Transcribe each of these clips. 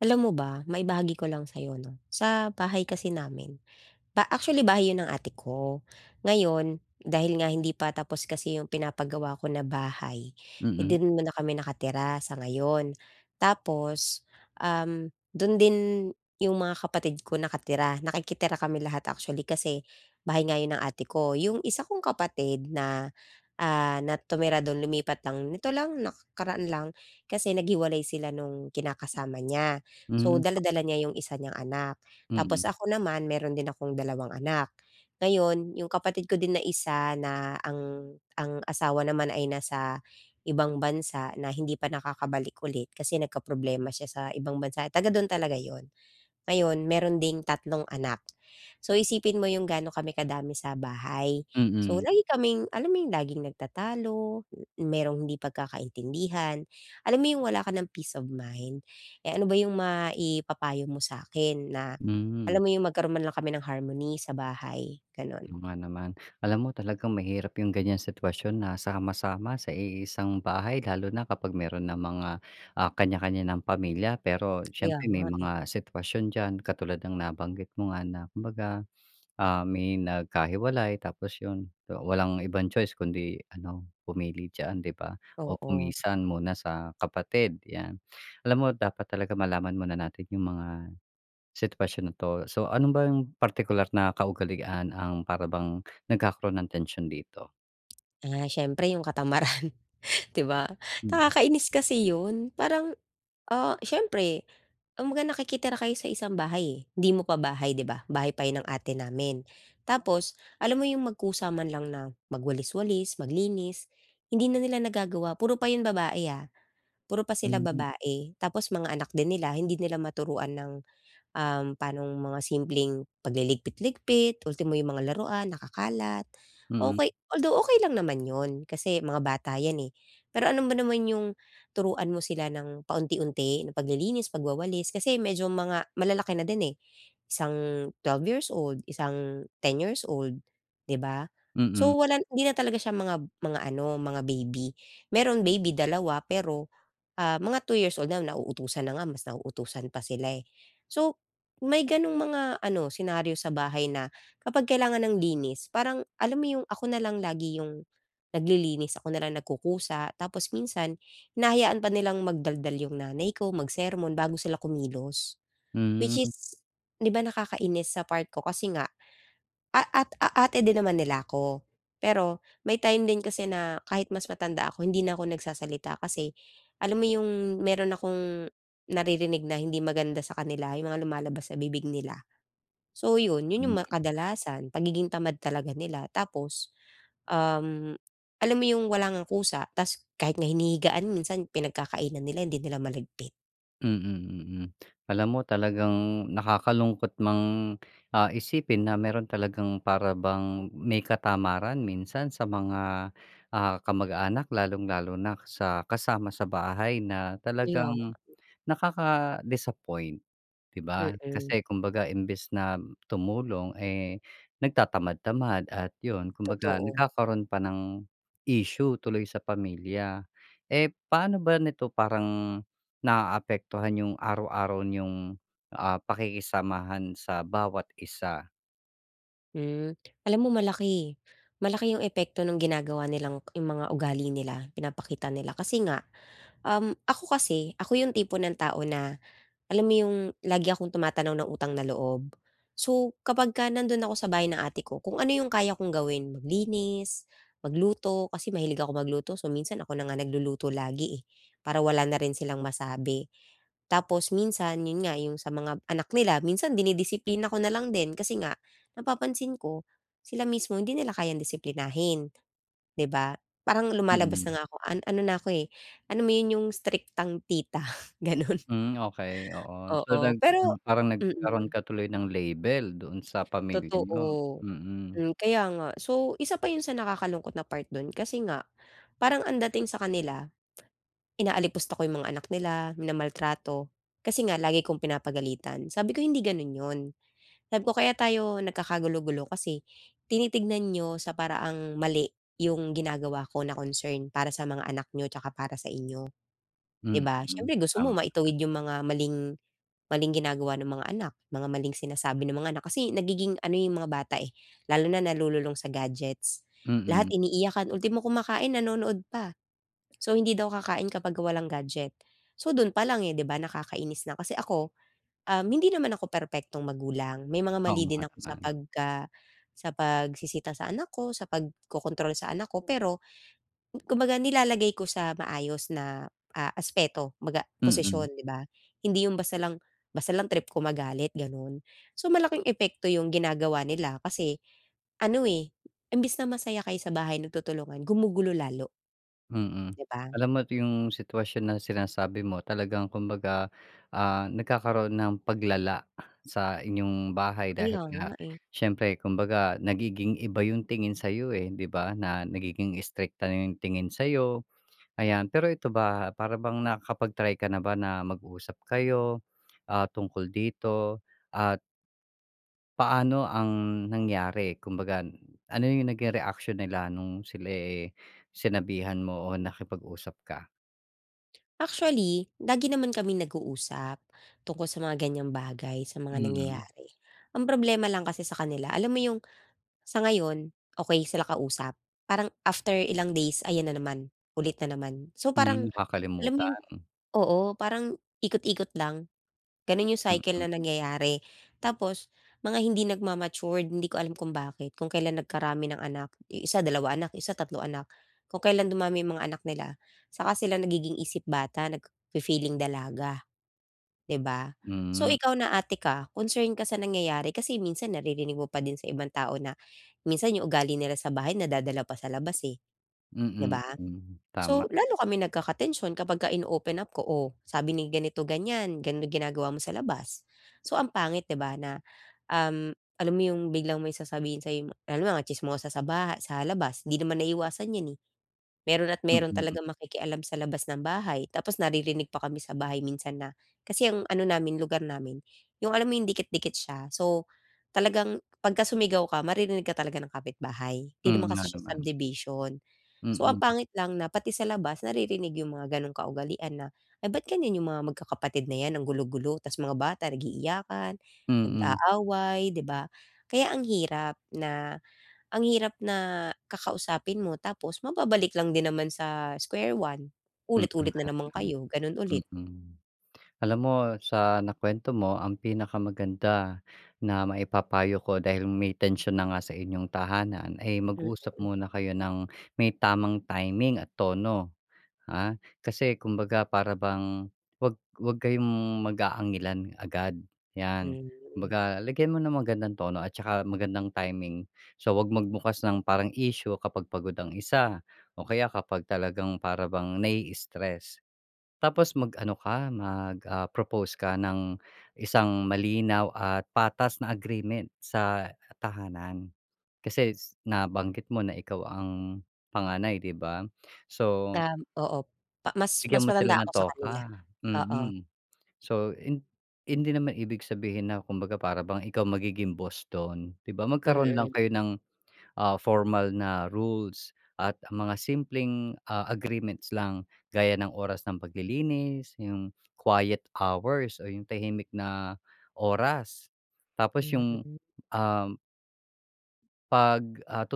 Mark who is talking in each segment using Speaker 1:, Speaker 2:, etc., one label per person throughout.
Speaker 1: Alam mo ba, maibahagi ko lang sa'yo 'no, sa bahay kasi namin, actually bahay 'yun ng ate ko. Ngayon, dahil nga hindi pa tapos kasi 'yung pinapagawa ko na bahay, eh,
Speaker 2: Mm,
Speaker 1: do'n muna kami nakatira sa ngayon. Tapos, do'n din 'yung mga kapatid ko nakatira, nakikitira kami lahat actually kasi bahay nga 'yun ng ate ko. 'Yung isa kong kapatid na, na tumira do'n lumipat lang nito lang nakaraan lang kasi naghiwalay sila nung kinakasama niya. So,
Speaker 2: hmm,
Speaker 1: dala-dala niya 'yung isa niyang anak.
Speaker 2: mm,
Speaker 1: Tapos ako naman meron din akong 2 anak. Ngayon yung kapatid ko din na isa na ang asawa naman ay nasa ibang bansa na hindi pa nakakabalik ulit kasi nagkaproblema siya sa ibang bansa, taga dun talaga yon ngayon, meron ding 3 anak. So, isipin mo yung gaano kami kadami sa bahay. So,
Speaker 2: mm,
Speaker 1: lagi kaming alam mo yung laging nagtatalo, merong hindi pagkakaintindihan. Alam mo yung wala ka ng peace of mind. Eh, ano ba yung maipapayo mo sa akin na
Speaker 2: hmm,
Speaker 1: alam mo yung magkaroon man lang kami ng harmony sa bahay, gano'n?
Speaker 2: oo nga naman. Alam mo talagang mahirap yung ganyang sitwasyon na sama-sama sa iisang bahay lalo na kapag meron ng mga, kanya-kanya ng pamilya. Pero
Speaker 1: Kaya
Speaker 2: siyempre
Speaker 1: nga,
Speaker 2: may
Speaker 1: eh.
Speaker 2: mga sitwasyon diyan katulad ng nabanggit mo nga na kumbaga, may nagkahiwalay tapos yun, walang ibang choice kundi ano, pumili diyan, 'di ba? O
Speaker 1: Oo.
Speaker 2: pumisan muna sa kapatid, 'yan. Alam mo dapat talaga malaman muna natin yung mga sitwasyon na 'to. So, ano ba yung partikular na kaugalian ang para bang nagkakaroon ng tension dito?
Speaker 1: Siyempre yung katamaran, 'di ba?
Speaker 2: Mm.
Speaker 1: Nakakainis kasi yun. Parang, siyempre, kumbaga nakikitira kayo sa isang bahay, eh. Hindi mo pa bahay, 'di ba? Bahay pa 'yun ng ate namin. Tapos alam mo 'yung magkusaman lang na magwalis-walis, maglinis, hindi na nila nagagawa. Puro pa 'yun babae, puro pa sila
Speaker 2: Hmm,
Speaker 1: babae. Tapos mga anak din nila, hindi nila maturuan ng paanong mga simpleng pagliligpit-ligpit, ultimo yung mga laruan nakakalat.
Speaker 2: mm,
Speaker 1: Okey, although okey lang naman yun kasi mga bata yan, eh. Pero ano ba naman yung turuan mo sila ng paunti-unti na paglilinis, pagwawalis kasi medyo mga malalaki na din, eh. Isang 12 years old, isang 10 years old, 'di ba?
Speaker 2: mm.
Speaker 1: So, wala hindi na talaga siya mga ano, mga baby. Meron baby, dalawa pero, mga 2 years old na nauutusan na nga, mas nauutusan pa sila, eh. So, may gano'ng mga ano, senaryo sa bahay na kapag kailangan ng linis parang alam mo yung ako na lang lagi yung naglilinis, ako na lang nagkukusa. Tapos minsan hinahayaan pa nilang magdaldal yung nanay ko, magsermon bago sila kumilos. Which
Speaker 2: Hmm,
Speaker 1: is 'di ba nakakainis sa part ko kasi nga a at a ate din naman nila ako. Pero may time din kasi na kahit mas matanda ako hindi na ako nagsasalita kasi alam mo yung meron akong naririnig na hindi maganda sa kanila, yung mga lumalabas sa bibig nila. So yun, yun yung
Speaker 2: mm,
Speaker 1: kadalasan pagiging tamad talaga nila tapos, um, alam mo yung wala ngang kusa ta's kahit nga hinihigaan minsan pinagkakainan nila hindi nila malagpit.
Speaker 2: mm, mm. Alam mo talagang nakakalungkot mang, isipin na meron talagang para bang may katamaran minsan sa mga, kamag-anak lalong-lalo na sa kasama sa bahay na
Speaker 1: Kaya.
Speaker 2: talagang nakaka-disappoint. 'Di ba?
Speaker 1: Mm.
Speaker 2: Kasi kumbaga imbes na tumulong, eh, nagtatamad-tamad at 'yun kumbaga
Speaker 1: Totoo.
Speaker 2: nagkakaroon pa ng issue tuloy sa pamilya. Eh, paano ba nito parang naaapektuhan yung araw-araw niyong, pakikisamahan sa bawat isa?
Speaker 1: Hmm, alam mo malaki, malaki yung epekto ng ginagawa nilang yung mga ugali nila, pinapakita nila kasi nga, ako kasi, ako yung tipo ng tao na alam mo yung lagi akong tumatanaw ng utang na loob. So, kapag kapagka nandun ako sa bahay ng ate ko, kung ano yung kaya kong gawin, maglinis, magluto, kasi mahilig ako magluto. So, minsan ako na nga nagluluto lagi eh, para wala na rin silang masabi. Tapos minsan, yun nga, yung sa mga anak nila, minsan dinidisiplina ko na lang din kasi nga, napapansin ko, sila mismo hindi nila kayang disiplinahin, 'di ba? Parang
Speaker 2: Mm.
Speaker 1: lumalabas na nga ako, ano na ako eh, ano mo yun yung strictang tita, ganun.
Speaker 2: Hmm, okey, oo. So,
Speaker 1: Oo,
Speaker 2: nag
Speaker 1: pero
Speaker 2: ano parang nagkaroon
Speaker 1: mm,
Speaker 2: ka tuloy ng label doon sa pamilya niyo.
Speaker 1: totoo.
Speaker 2: Mm,
Speaker 1: Hmm, kaya nga. So, isa pa yun sa nakakalungkot na part dun kasi nga parang ang dating sa kanila inaalipusta ko yung mga anak nila, minamaltrato, kasi nga lagi kong pinapagalitan. Sabi ko, "Hindi ganun yun." Sabi ko, "Kaya tayo nagkakagulo-gulo kasi tinitignan nyo sa paraang mali yung ginagawa ko na concern para sa mga anak nyo tsaka para sa inyo." 'Di
Speaker 2: mm,
Speaker 1: ba? Siyempre gusto
Speaker 2: tama,
Speaker 1: mo
Speaker 2: tama.
Speaker 1: maitawid yung mga maling maling ginagawa ng mga anak, mga maling sinasabi ng mga anak. Kasi nagiging ano yung mga bata, eh, lalo na nalululong sa gadgets. Lahat
Speaker 2: Mm,
Speaker 1: iniiyakan, ultimo kumakain nanonood pa. So, hindi daw kakain kapag walang gadget. So, dun pa lang, eh, 'di ba nakakainis na. Kasi ako, hindi naman ako perpektong magulang. May mga
Speaker 2: oo
Speaker 1: mali
Speaker 2: nga
Speaker 1: din ako sa
Speaker 2: naman,
Speaker 1: sa pagsisita sa anak ko, sa pagkokontrol sa anak ko, pero kumbaga nilalagay ko sa maayos na, aspeto kumbaga
Speaker 2: mm.
Speaker 1: posisyon, 'di ba? Hindi yung basta lang trip ko magalit gano'n. So malaking epekto yung ginagawa nila kasi ano, eh, imbes na masaya kayo sa bahay nagtutulungan gumugulo lalo,
Speaker 2: Mm.
Speaker 1: 'di ba?
Speaker 2: Alam mo mo't yung sitwasyon na sinasabi mo talagang kumbaga, nagkakaroon ng paglala sa inyong bahay dahil
Speaker 1: Kaya
Speaker 2: nga
Speaker 1: nga, eh.
Speaker 2: siyempre kumbaga nagiging iba yung tingin sa'yo, eh, 'di ba, na nagiging istrikta na yung tingin sa'yo, ayan. Pero ito ba, para bang nakakapag-try ka na ba na mag-usap kayo, tungkol dito at paano ang nangyari? Kumbaga, ano yung naging reaksyon nila nung sila, eh, sinabihan mo o nakipag-usap ka?
Speaker 1: Actually, lagi naman kaming nag-uusap tungkol sa mga ganiyang bagay, sa mga
Speaker 2: Mm,
Speaker 1: nangyayari. Ang problema lang kasi sa kanila alam mo yung sa ngayon, okay sila kausap. Parang after ilang days, ayan na naman, ulit na naman. So,
Speaker 2: hmm,
Speaker 1: parang alam mo yung
Speaker 2: nakakalimutan,
Speaker 1: oo, parang ikot-ikot lang, gano'n yung cycle na
Speaker 2: mm,
Speaker 1: nangyayari. Tapos mga hindi nagma hindi ko alam kung bakit, kung kailan nagkarami ng anak, yung isa dalawa anak, isa tatlo anak, kung kailan dumami yung mga anak nila, saka sila nagiging isip bata, feeling dalaga, 'di ba? So,
Speaker 2: hmm,
Speaker 1: ikaw na ate ka, concern ka sa nangyayari kasi minsan naririnig mo pa din sa ibang tao na minsan yung ugali nila sa bahay nadadala pa sa labas, eh, 'di
Speaker 2: mm,
Speaker 1: ba?
Speaker 2: mm. Tama,
Speaker 1: So, lalo kami nagkaka kapagka ino-open up ko, "Oh, sabi ni ganito ganyan, ganun ginagawa mo sa labas." So, ang pangit 'di ba na, um, alam mo yung biglang may sasabihin sa'yo, alam mo mga tsismosa sa labas, 'di naman naiiwasan 'yan, eh. Meron at meron
Speaker 2: mm,
Speaker 1: talagang makikialam sa labas ng bahay tapos naririnig pa kami sa bahay minsan na kasi ang ano namin, lugar namin, yung alam mo yung dikit-dikit siya. So, talagang pagka sumigaw ka maririnig ka talaga ng kapitbahay. 'Di
Speaker 2: mm
Speaker 1: naman
Speaker 2: nga
Speaker 1: kasi siya
Speaker 2: naman,
Speaker 1: subdivision. So,
Speaker 2: mm,
Speaker 1: ang pangit lang na pati sa labas naririnig yung mga ganong kaugalian na, "Ay ba't ganyan yung mga magkakapatid na 'yan, ang gulo-gulo." Ta's mga bata nag-iiyakan,
Speaker 2: mm,
Speaker 1: nag-aaway, 'di ba? Kaya ang hirap na kakausapin mo tapos mababalik lang din naman sa square one.
Speaker 2: mm,
Speaker 1: Ulit-ulit na naman kayo, gano'n ulit.
Speaker 2: mm. Alam mo sa nakuwento mo ang pinakamaganda na maipapayo ko dahil may tensyon na nga sa inyong tahanan ay mag-usap muna kayo ng may tamang timing at tono. Kasi kumbaga para bang 'wag kayong mag-aangilan agad, 'yan.
Speaker 1: Mm,
Speaker 2: Kumbaga lagyan mo ng magandang tono at saka magandang timing. So, 'wag magbukas ng parang issue kapag pagod ang isa o kaya kapag talagang para bang nai-stress. Tapos mag-ano ka, propose ka ng isang malinaw at patas na agreement sa tahanan. Kasi nabanggit mo na ikaw ang panganay, 'di ba? So,
Speaker 1: oo, pa mas
Speaker 2: bigyan
Speaker 1: mas
Speaker 2: mo
Speaker 1: matanda
Speaker 2: sila ng
Speaker 1: ako sa kanila,
Speaker 2: toka,
Speaker 1: oo.
Speaker 2: mm. So, hindi naman ibig sabihin na kumbaga para bang ikaw magiging boss don, 'di ba? Magkaroon lang
Speaker 1: Mm.
Speaker 2: kayo ng, formal na rules at mga simpleng, agreements lang gaya ng oras ng paglilinis, yung quiet hours o yung tahimik na oras. Tapos yung,
Speaker 1: Mm.
Speaker 2: ah, pag, ah,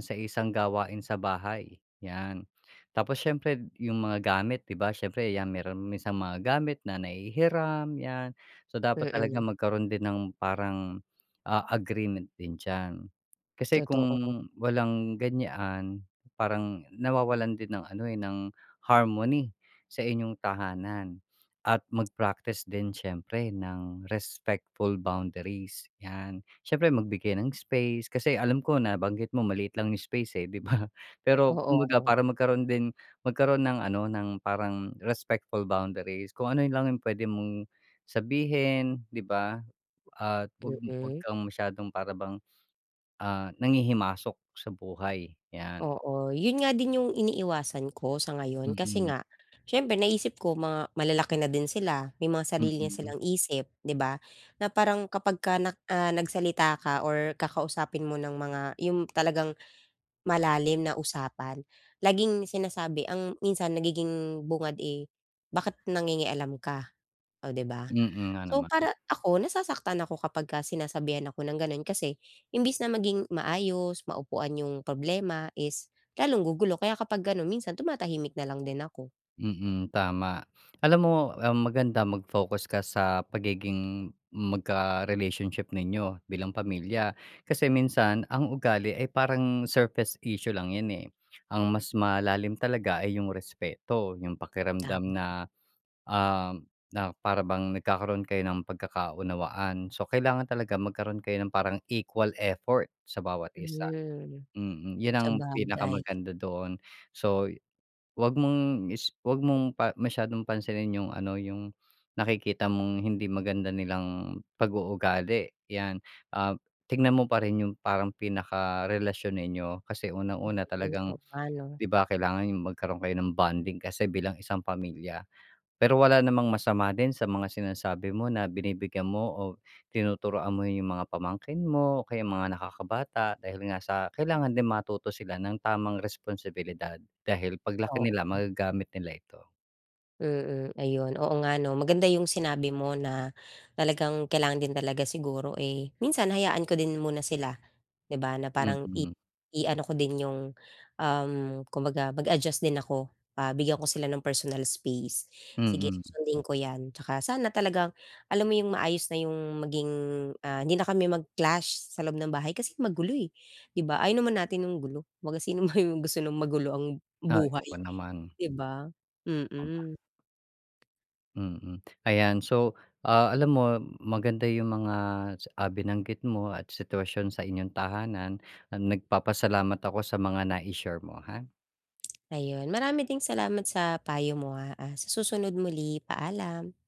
Speaker 2: sa isang gawain sa bahay, 'yan. Tapos siyempre yung mga gamit, 'di ba, siyempre 'yan meron minsan mga gamit na nahihiram, 'yan. So, dapat talaga
Speaker 1: Mm.
Speaker 2: magkaroon din ng parang, agreement din diyan. Kasi kung
Speaker 1: Totoo.
Speaker 2: walang ganyan, parang nawawalan din ng ano, eh, ng harmony sa inyong tahanan at mag-practice din siyempre ng respectful boundaries, 'yan. Siyempre magbigay ng space, kasi alam ko nabanggit mo maliit lang yung space, eh, 'di ba? Pero kumbaga
Speaker 1: Oo.
Speaker 2: para magkaroon ng ano, ng parang respectful boundaries, kung ano yun lang yung pwede mong sabihin, 'di ba? At wag wag
Speaker 1: Mm.
Speaker 2: kang masyadong para bang, nanghihimasok sa buhay, 'yan.
Speaker 1: Oo, yun nga din yung iniiwasan ko sa
Speaker 2: Mm,
Speaker 1: ngayon kasi
Speaker 2: mm,
Speaker 1: nga, siyempre naisip ko mga malalaki na din sila, may mga sarili na
Speaker 2: mm.
Speaker 1: silang isip, 'di ba? Na parang kapagka nagsalita ka or kakausapin mo ng mga yung talagang malalim na usapan, laging sinasabi ang minsan nagiging bungad, eh, "Bakit nangingialam ka?" Oh, 'di ba?
Speaker 2: Mm, nga
Speaker 1: So,
Speaker 2: naman.
Speaker 1: para ako nasasaktan ako kapagka sinasabihan ako ng gano'n kasi imbis na maging maayos, maupuan yung problema is lalong gugulo kaya kapag gano'n minsan tumatahimik na lang din ako.
Speaker 2: Mm, tama. Alam mo, maganda mag-focus ka sa pagiging magka-relationship ninyo bilang pamilya. Kasi minsan, ang ugali ay parang surface issue lang yan eh. Ang mas malalim talaga ay yung respeto, yung pakiramdam
Speaker 1: Tama,
Speaker 2: na, um, na para bang nagkakaroon kayo ng pagkakaunawaan. So, kailangan talaga magkaroon kayo ng parang equal effort sa bawat isa.
Speaker 1: hmm.
Speaker 2: Mm, yun ang
Speaker 1: Sabagay,
Speaker 2: pinakamaganda doon. So, wag mong pa masyadong pansinin yung ano, yung nakikita mong hindi maganda nilang pag-uugali, 'yan. Ah, tignan mo pa rin yung parang pinakarelasyon ninyo kasi unang-una
Speaker 1: hmm,
Speaker 2: talagang
Speaker 1: oo nga 'no,
Speaker 2: 'di ba, kailangan yung magkaroon kayo ng bonding kasi bilang isang pamilya. Pero wala namang masama din sa mga sinasabi mo na binibigyan mo o tinuturuan mo yung mga pamangkin mo o kaya mga nakakabata dahil nga sa kailangan din matuto sila ng tamang responsibilidad dahil paglaki
Speaker 1: oo.
Speaker 2: nila magagamit nila ito.
Speaker 1: Mm, ayun. Oo nga 'no, maganda yung sinabi mo na talagang kailangan din talaga siguro, eh, minsan hayaan ko din muna sila, 'di ba, na parang
Speaker 2: Mm,
Speaker 1: i-ano ko din yung, um, kumbaga mag-adjust din ako, bigyan ko sila ng personal space. Sige,
Speaker 2: mm.
Speaker 1: susundin ko 'yan. Tsaka sana talagang alam mo yung maayos na yung maging, hindi na kami mag-clash sa loob ng bahay kasi magulo, eh, 'di ba? Ayaw naman natin ng gulo. Kumbaga sino ba yung gusto ng magulo ang
Speaker 2: Ay,
Speaker 1: buhay,
Speaker 2: oo naman,
Speaker 1: 'di ba? Mm.
Speaker 2: tama,
Speaker 1: Mm.
Speaker 2: mm. Ayan so, alam mo maganda yung mga, binanggit mo at sitwasyon sa inyong tahanan. Nagpapasalamat ako sa mga nai-share mo ha.
Speaker 1: Ayun, marami ding salamat sa payo mo, ha. Sa susunod muli, paalam.